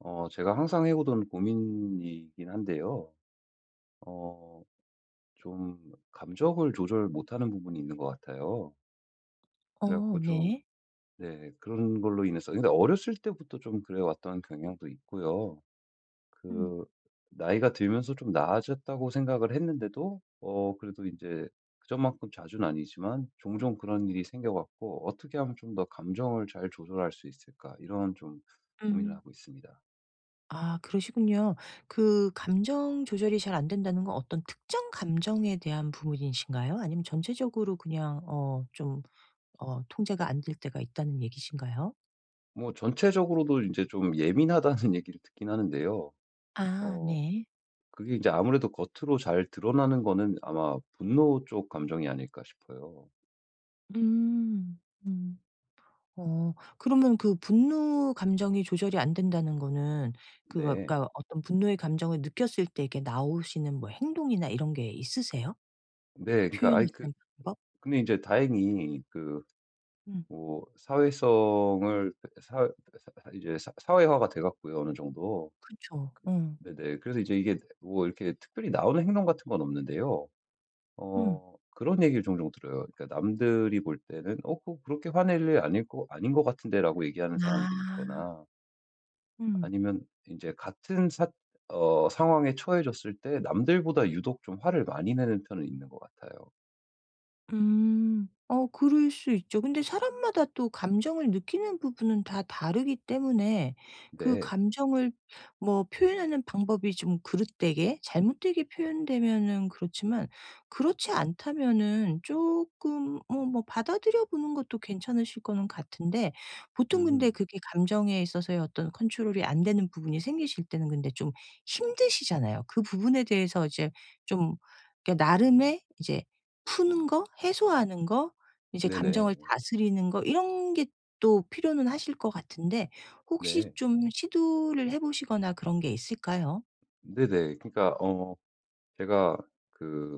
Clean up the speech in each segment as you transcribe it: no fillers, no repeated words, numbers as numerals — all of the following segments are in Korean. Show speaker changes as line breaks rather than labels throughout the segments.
제가 항상 해오던 고민이긴 한데요. 어, 좀 감정을 조절 못하는 부분이 있는 것 같아요.
어
그래갖고 좀,
네.
네, 그런 걸로 인해서. 근데 어렸을 때부터 좀 그래왔던 경향도 있고요.
음.
그, 나이가 들면서 좀 나아졌다고 생각을 했는데도, 그래도 이제 그전만큼 자주는 아니지만 종종 그런 일이 생겨갖고 어떻게 하면 좀 더 감정을 잘 조절할 수 있을까? 이런 좀 고민을
음.
하고 있습니다.
아, 그러시군요. 그 감정 조절이 잘 안 된다는 건 어떤 특정 감정에 대한 부분이신가요? 아니면 전체적으로 그냥 좀 통제가 안 될 때가 있다는 얘기신가요?
뭐 전체적으로도 이제 좀 예민하다는 얘기를 듣긴 하는데요.
아
어
네.
그게 이제 아무래도 겉으로 잘 드러나는 거는 아마 분노 쪽 감정이 아닐까 싶어요.
음. 음. 어 그러면 그 분노 감정이 조절이 안 된다는 거는 그
네.
그러니까 어떤 분노의 감정을 느꼈을 때 이게 나오시는 뭐 행동이나 이런 게 있으세요?
네. 그러니까 아이
표현하시는 방법?
근데 이제 다행히
음.
뭐 사회성을 사 사 이제 사 사회화가 돼 갖고요 어느 정도.
그죠.
그 네네. 그래서 이제 이게 뭐 이렇게 특별히 나오는 행동 같은 건 없는데요.
음.
그런 얘기를 종종 들어요. 그러니까 남들이 볼 때는 "어 그거 그렇게 화낼 일 아닐 거 아닌 것 같은데."라고 얘기하는 사람들이
아.
있거나
음.
아니면 이제 같은 사 어 상황에 처해졌을 때 남들보다 유독 좀 화를 많이 내는 편은 있는 것 같아요.
음. 어 그럴 수 있죠. 근데 사람마다 또 감정을 느끼는 부분은 다 다르기 때문에 그
네.
감정을 뭐 표현하는 방법이 좀 그릇되게 잘못되게 표현되면은 그렇지만 그렇지 않다면은 조금 뭐 받아들여 보는 것도 괜찮으실 거는 같은데, 보통 근데
음.
그게 감정에 있어서의 어떤 컨트롤이 안 되는 부분이 생기실 때는 근데 좀 힘드시잖아요. 그 부분에 대해서 이제 좀, 그러니까 나름의 이제 푸는 거, 해소하는 거, 이제
네네.
감정을 다스리는 거 이런 게 또 필요는 하실 것 같은데, 혹시
네.
좀 시도를 해 보시거나 그런 게 있을까요?
네네. 그러니까 제가 그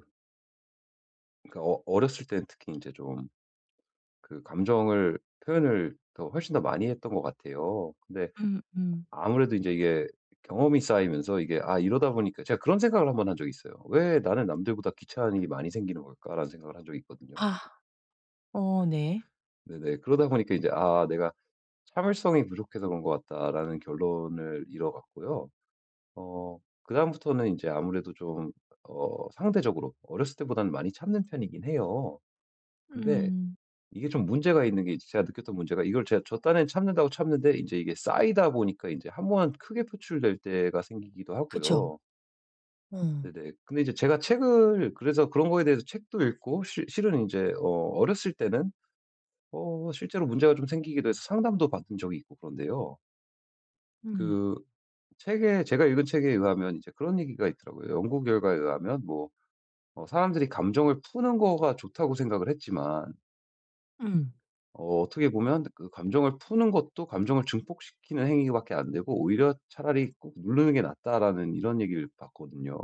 그러니까 어렸을 때는 특히 이제 좀 감정을 표현을 더 훨씬 더 많이 했던 것 같아요. 근데
음 음.
아무래도 이제 이게 경험이 쌓이면서 이게 '아 이러다 보니까' 제가 그런 생각을 한 번 한 적이 있어요. '왜 나는 남들보다 귀찮은 일이 많이 생기는 걸까?'라는 생각을 한 적이 있거든요.
아. 어 네.
네네. 그러다 보니까 이제 '아 내가 참을성이 부족해서 그런 것 같다.'라는 결론을 이뤄 갔고요. 어 그다음부터는 이제 아무래도 좀 상대적으로 어렸을 때보다는 많이 참는 편이긴 해요. 근데
음.
이게 좀 문제가 있는 게 제가 느꼈던 문제가 이걸 제가 저 딴엔 참는다고 참는데 이제 이게 쌓이다 보니까 이제 한 번 크게 표출될 때가 생기기도
그쵸.
하고요.
음. 어.
네네. 근데 이제 제가 책을 그래서 그런 거에 대해서 책도 읽고 실 실은 이제 어렸을 때는 실제로 문제가 좀 생기기도 해서 상담도 받은 적이 있고 그런데요.
음.
그 책에 제가 읽은 책에 의하면 이제 그런 얘기가 있더라고요. 연구 결과에 의하면 뭐 사람들이 감정을 푸는 거가 좋다고 생각을 했지만
음.
어떻게 보면 그 감정을 푸는 것도 감정을 증폭시키는 행위밖에 안 되고 오히려 "차라리 꾹 누르는 게 낫다."라는 이런 얘기를 봤거든요.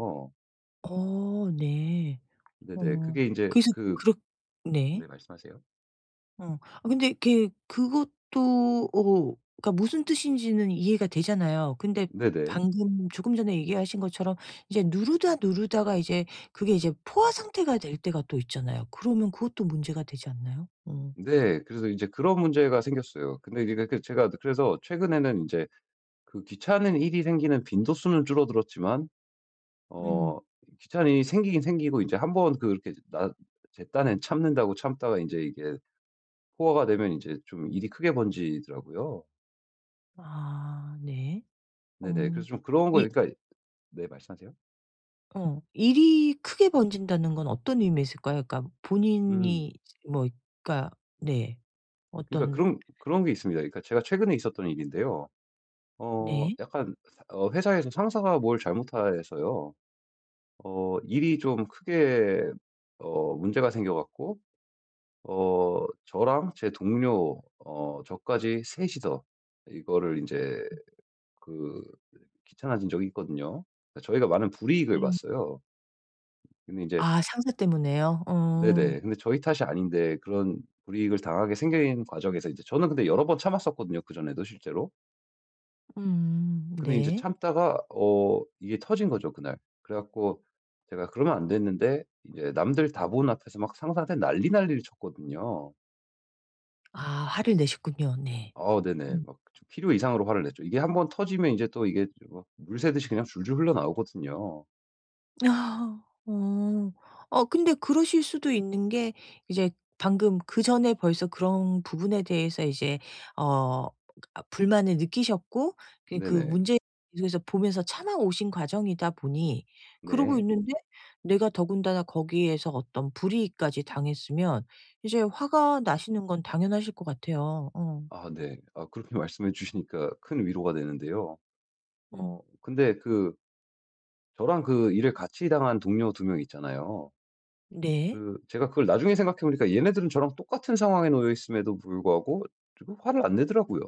어 네.
네네.
어
그게 이제
그래서 그렇
네
네.
말씀하세요.
어. 아 근데 이렇게 그것도 어, 그러니까 무슨 뜻인지는 이해가 되잖아요. 근데
네네.
방금 조금 전에 얘기하신 것처럼 이제 누르다 누르다가 이제 그게 이제 포화 상태가 될 때가 또 있잖아요. 그러면 그것도 문제가 되지 않나요? 어.
네. 그래서 이제 그런 문제가 생겼어요. 근데 이제 그 제가 그래서 최근에는 이제 그 귀찮은 일이 생기는 빈도수는 줄어들었지만 어
음.
귀찮은 일이 생기긴 생기고 이제 한번 그렇게 나 제 딴엔 참는다고 참다가 이제 이게 포화가 되면 이제 좀 일이 크게 번지더라고요.
아 네.
네네. 그래서
어.
좀 그런 거
이
그러니까 네 말씀하세요.
어 일이 크게 번진다는 건 어떤 의미였을까요? 그러니까
음.
본인이 뭐, 그러니까, 네.
그러니까
어떤.
그런 그런 게 있습니다. 그러니까 제가 최근에 있었던 일인데요.
네.
약간 사 어 회사에서 상사가 뭘 잘못해서요. 일이 좀 크게 문제가 생겨 갖고 저랑 제 동료 저까지 셋이서 이거를 이제 그 귀찮아진 적이 있거든요. 그러니까 저희가 많은 불이익을
음.
봤어요. 근데 이제
아 상사 때문에요? 어.
네네. 근데 저희 탓이 아닌데 그런 불이익을 당하게 생긴 과정에서 이제 저는 근데 여러 번 참았었거든요 그전에도 실제로. 근데 이제
네.
참다가 이게 터진 거죠 그날. 그래 갖고 제가 그러면 안 됐는데 이제 남들 다 보는 앞에서 막 상사한테 난리 난리를 쳤거든요.
아, 화를 내셨군요. 네.
아 네네.
음.
막 좀 필요 이상으로 화를 냈죠. 이게 한번 터지면 이제 또 이게 뭐물 새듯이 그냥 줄줄 흘러나오거든요.
아, 어. 어 근데 그러실 수도 있는 게, 이제 방금 그전에 벌써 그런 부분에 대해서 이제 어 불만을 느끼셨고 그
네네.
문제에 계속해서 보면서 참아 오신 과정이다 보니 그러고
네.
있는데, 내가 더군다나 거기에서 어떤 불이익까지 당했으면 이제 화가 나시는 건 당연하실 것 같아요. 어.
아 네. 아 그렇게 말씀해 주시니까 큰 위로가 되는데요.
음.
근데 그 저랑 그 일을 같이 당한 동료 두 명 있잖아요.
네.
그 제가 그걸 나중에 생각해 보니까 얘네들은 저랑 똑같은 상황에 놓여 있음에도 불구하고 화를 안 내더라고요.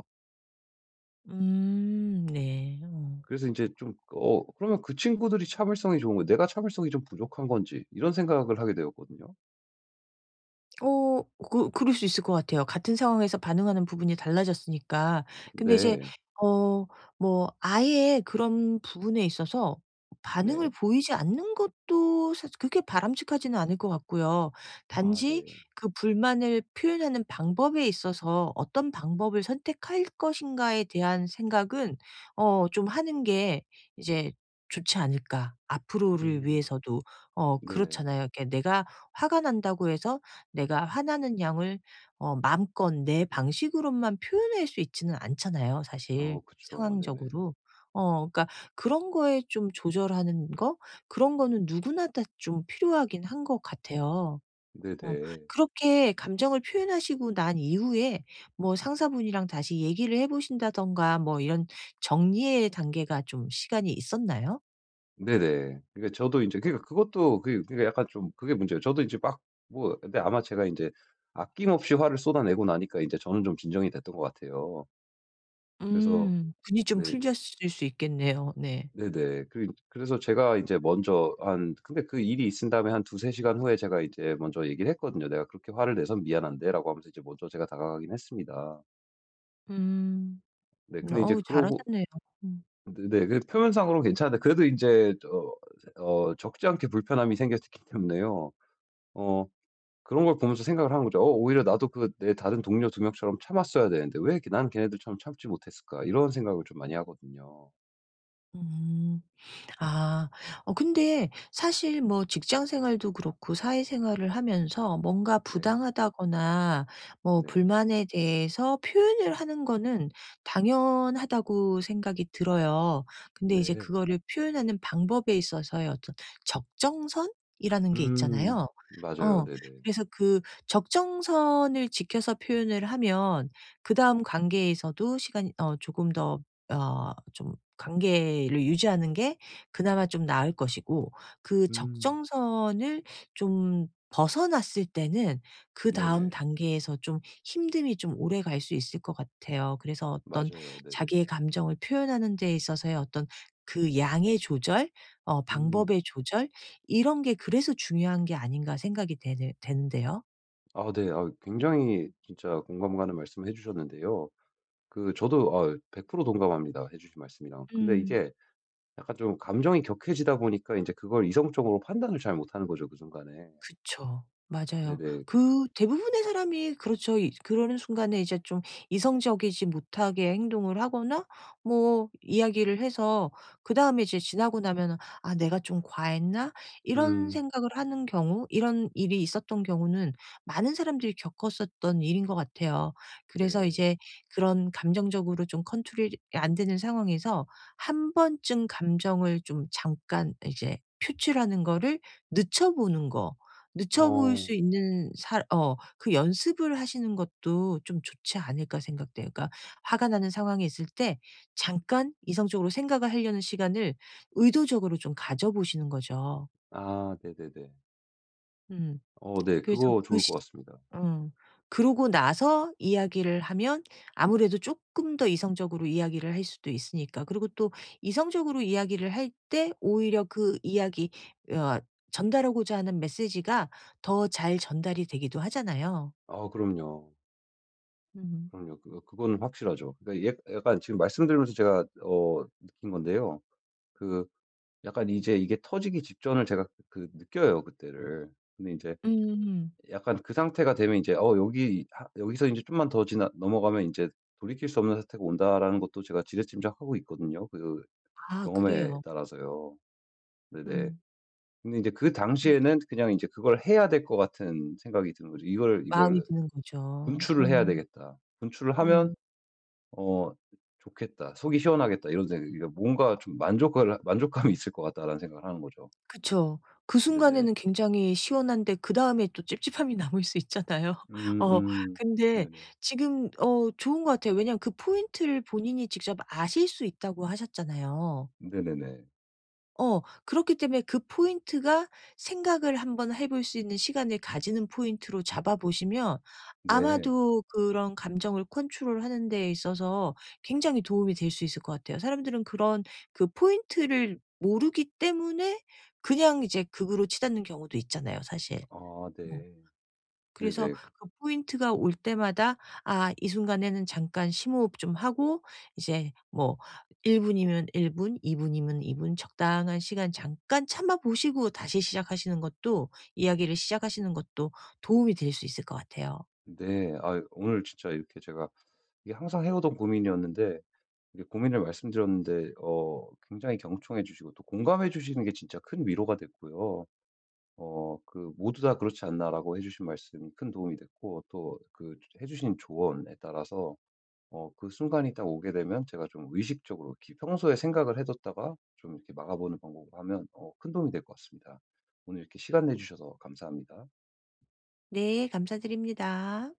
네. 어.
그래서 인제 좀 그러면 그 친구들이 참을성이 좋은 거예요. '내가 참을성이 좀 부족한 건지.' 이런 생각을 하게 되었거든요.
어 그 그럴 수 있을 것 같아요. 같은 상황에서 반응하는 부분이 달라졌으니까. 근데 이제
네.
어 뭐 아예 그런 부분에 있어서 반응을
네.
보이지 않는 것도 사 그렇게 바람직하지는 않을 것 같고요.
아
단지
네.
그 불만을 표현하는 방법에 있어서 어떤 방법을 선택할 것인가에 대한 생각은 어 좀 하는 게 이제 좋지 않을까. 앞으로를
음.
위해서도 어
네네.
그렇잖아요. 이렇게 내가 화가 난다고 해서 내가 화나는 양을 어 마음껏 내 방식으로만 표현할 수 있지는 않잖아요 사실
그쵸. 네네.
상황적으로. 어 그러니까 그런 거에 좀 조절하는 거, 그런 거는 누구나 다 좀 필요하긴 한 것 같아요. 어
네네.
그렇게 감정을 표현하시고 난 이후에 뭐 상사분이랑 다시 얘기를 해 보신다든가 뭐 이런 정리의 단계가 좀 시간이 있었나요?
네네. 그러니까 저도 인제 그러니까 그것도 그러니까 약간 좀 그게 문제예요. 저도 인제 막 뭐 근데 아마 제가 인제 아낌없이 화를 쏟아내고 나니까 인제 저는 좀 진정이 됐던 것 같아요. 그래서
음. 분이 좀
네.
풀렸을 수 있겠네요. 네.
네네. 그래서 제가 이제 먼저 한 근데 그 일이 있은 다음에 한 두세 시간 후에 제가 이제 먼저 얘기를 했거든요. "내가 그렇게 화를 내서 미안한데."라고 하면서 이제 먼저 제가 다가가긴 했습니다.
음.
네 근데 이제
어우
그러고
잘하셨네요. 음.
네 네. 그 표면상으로는 괜찮은데 그래도 이제 적지 않게 불편함이 생겼기 때문에요. 어 그런 걸 보면서 생각을 하는 거죠. '어 오히려 나도 그 내 다른 동료 두 명처럼 참았어야 되는데 왜 이렇게 나는 걔네들처럼 참지 못했을까?' 이런 생각을 좀 많이 하거든요.
음. 아. 어 근데 사실 뭐 직장 생활도 그렇고 사회 생활을 하면서 뭔가
네.
부당하다거나 뭐
네.
불만에 대해서 표현을 하는 거는 당연하다고 생각이 들어요. 근데 이제
네.
그거를 표현하는 방법에 있어서의 어떤 적정선이라는 게
음.
있잖아요.
맞아요.
어.
네네.
그래서 그 적정선을 지켜서 표현을 하면 그다음 관계에서도 시간 어 조금 더 좀 관계를 유지하는 게 그나마 좀 나을 것이고, 그
음.
적정선을 좀 벗어났을 때는 그다음
네네.
단계에서 좀 힘듦이 좀 오래 갈 수 있을 것 같아요. 그래서 어떤
맞아요. 네네.
자기의 감정을 표현하는 데 있어서의 어떤 그 양의 조절, 어
음.
방법의 조절 이런 게 그래서 중요한 게 아닌가 생각이 되네 되는데요.
아 네. 아 굉장히 진짜 공감 가는 말씀을 해 주셨는데요. 그 저도 아 100% 동감합니다, 해 주신 말씀이랑. 근데
음.
이게 약간 좀 감정이 격해지다 보니까 이제 그걸 이성적으로 판단을 잘 못하는 거죠, 그 순간에.
그쵸. 맞아요.
네네.
그 대부분의 사람이 그렇죠. 이 그러는 순간에 이제 좀 이성적이지 못하게 행동을 하거나 뭐 이야기를 해서 그다음에 이제 지나고 나면은, '아 내가 좀 과했나?' 이런
음.
생각을 하는 경우, 이런 일이 있었던 경우는 많은 사람들이 겪었었던 일인 것 같아요. 그래서
네.
이제 그런 감정적으로 좀 컨트롤이 안 되는 상황에서 한 번쯤 감정을 좀 잠깐 이제 표출하는 거를 늦춰 보는 거, 늦춰 보일
어.
수 있는 사 어 그 연습을 하시는 것도 좀 좋지 않을까 생각돼요. 그러니까 화가 나는 상황이 있을 때 잠깐 이성적으로 생각을 하려는 시간을 의도적으로 좀 가져 보시는 거죠.
아 네네네.
음.
네.
그래서
그거
그
좋을
시
것 같습니다.
음. 그러고 나서 이야기를 하면 아무래도 쪼끔 더 이성적으로 이야기를 할 수도 있으니까. 그리고 또 이성적으로 이야기를 할 때 오히려 그 이야기 어 전달하고자 하는 메시지가 더 잘 전달이 되기도 하잖아요.
아 그럼요.
음.
그럼요. 그거 그건 확실하죠. 그러니까 예 약간 지금 말씀 드리면서 제가 느낀 건데요. 그 약간 이제 이게 터지기 직전을 제가 그 느껴요 그때를. 근데 이제
음.
약간 그 상태가 되면 이제 어 여기 하 여기서 이제 좀만 더 지나 넘어가면 이제 돌이킬 수 없는 사태가 온다라는 것도 제가 지레짐작하고 있거든요 그
아
경험에
그래요.
따라서요. 네네.
음.
근데 이제 그
음.
당시에는 그냥 이제 그걸 해야 될 것 같은 생각이 드는 거죠.
마음이
'이걸
드는 거죠.
분출을
어.
해야 되겠다. 분출을 하면
음.
어 좋겠다. 속이 시원하겠다.' 이런 생각 그러니까 뭔가 좀 만족을 만족감이 있을 것 같다라는 생각을 하는 거죠.
그쵸. 그
네네.
순간에는 굉장히 시원한데 그다음에 또 찝찝함이 남을 수 있잖아요.
음
어
음.
근데
네네.
지금 어 좋은 것 같아요. 왜냐하면 그 포인트를 본인이 직접 아실 수 있다고 하셨잖아요.
네네네.
어 그렇기 때문에 그 포인트가 생각을 한번 해볼 수 있는 시간을 가지는 포인트로 잡아 보시면
네.
아마도 그런 감정을 컨트롤하는 데 있어서 굉장히 도움이 될 수 있을 것 같아요. 사람들은 그런 그 포인트를 모르기 때문에 그냥 이제 극으로 치닫는 경우도 있잖아요 사실.
아
어.
네.
그래서
네네.
그 포인트가 올 때마다 아 이 순간에는 잠깐 심호흡 좀 하고 이제 뭐 1 분이면 1 분, 2 분이면 2분 적당한 시간 잠깐 참아 보시고 다시 시작하시는 것도, 이야기를 시작하시는 것도 도움이 될 수 있을 것 같아요.
네. 아 오늘 진짜 이렇게 제가 이게 항상 해오던 고민이었는데 이게 고민을 말씀드렸는데 굉장히 경청해 주시고 또 공감해 주시는 게 진짜 큰 위로가 됐고요. 그 "모두 다 그렇지 않나?"라고 해 주신 말씀이 큰 도움이 됐고 또 그 해 주신 조언에 따라서 그 순간이 딱 오게 되면 제가 좀 의식적으로 이렇게 평소에 생각을 해 뒀다가 좀 이렇게 막아보는 방법으로 하면 큰 도움이 될 것 같습니다. 오늘 이렇게 시간 내 주셔서 감사합니다.
네. 감사드립니다.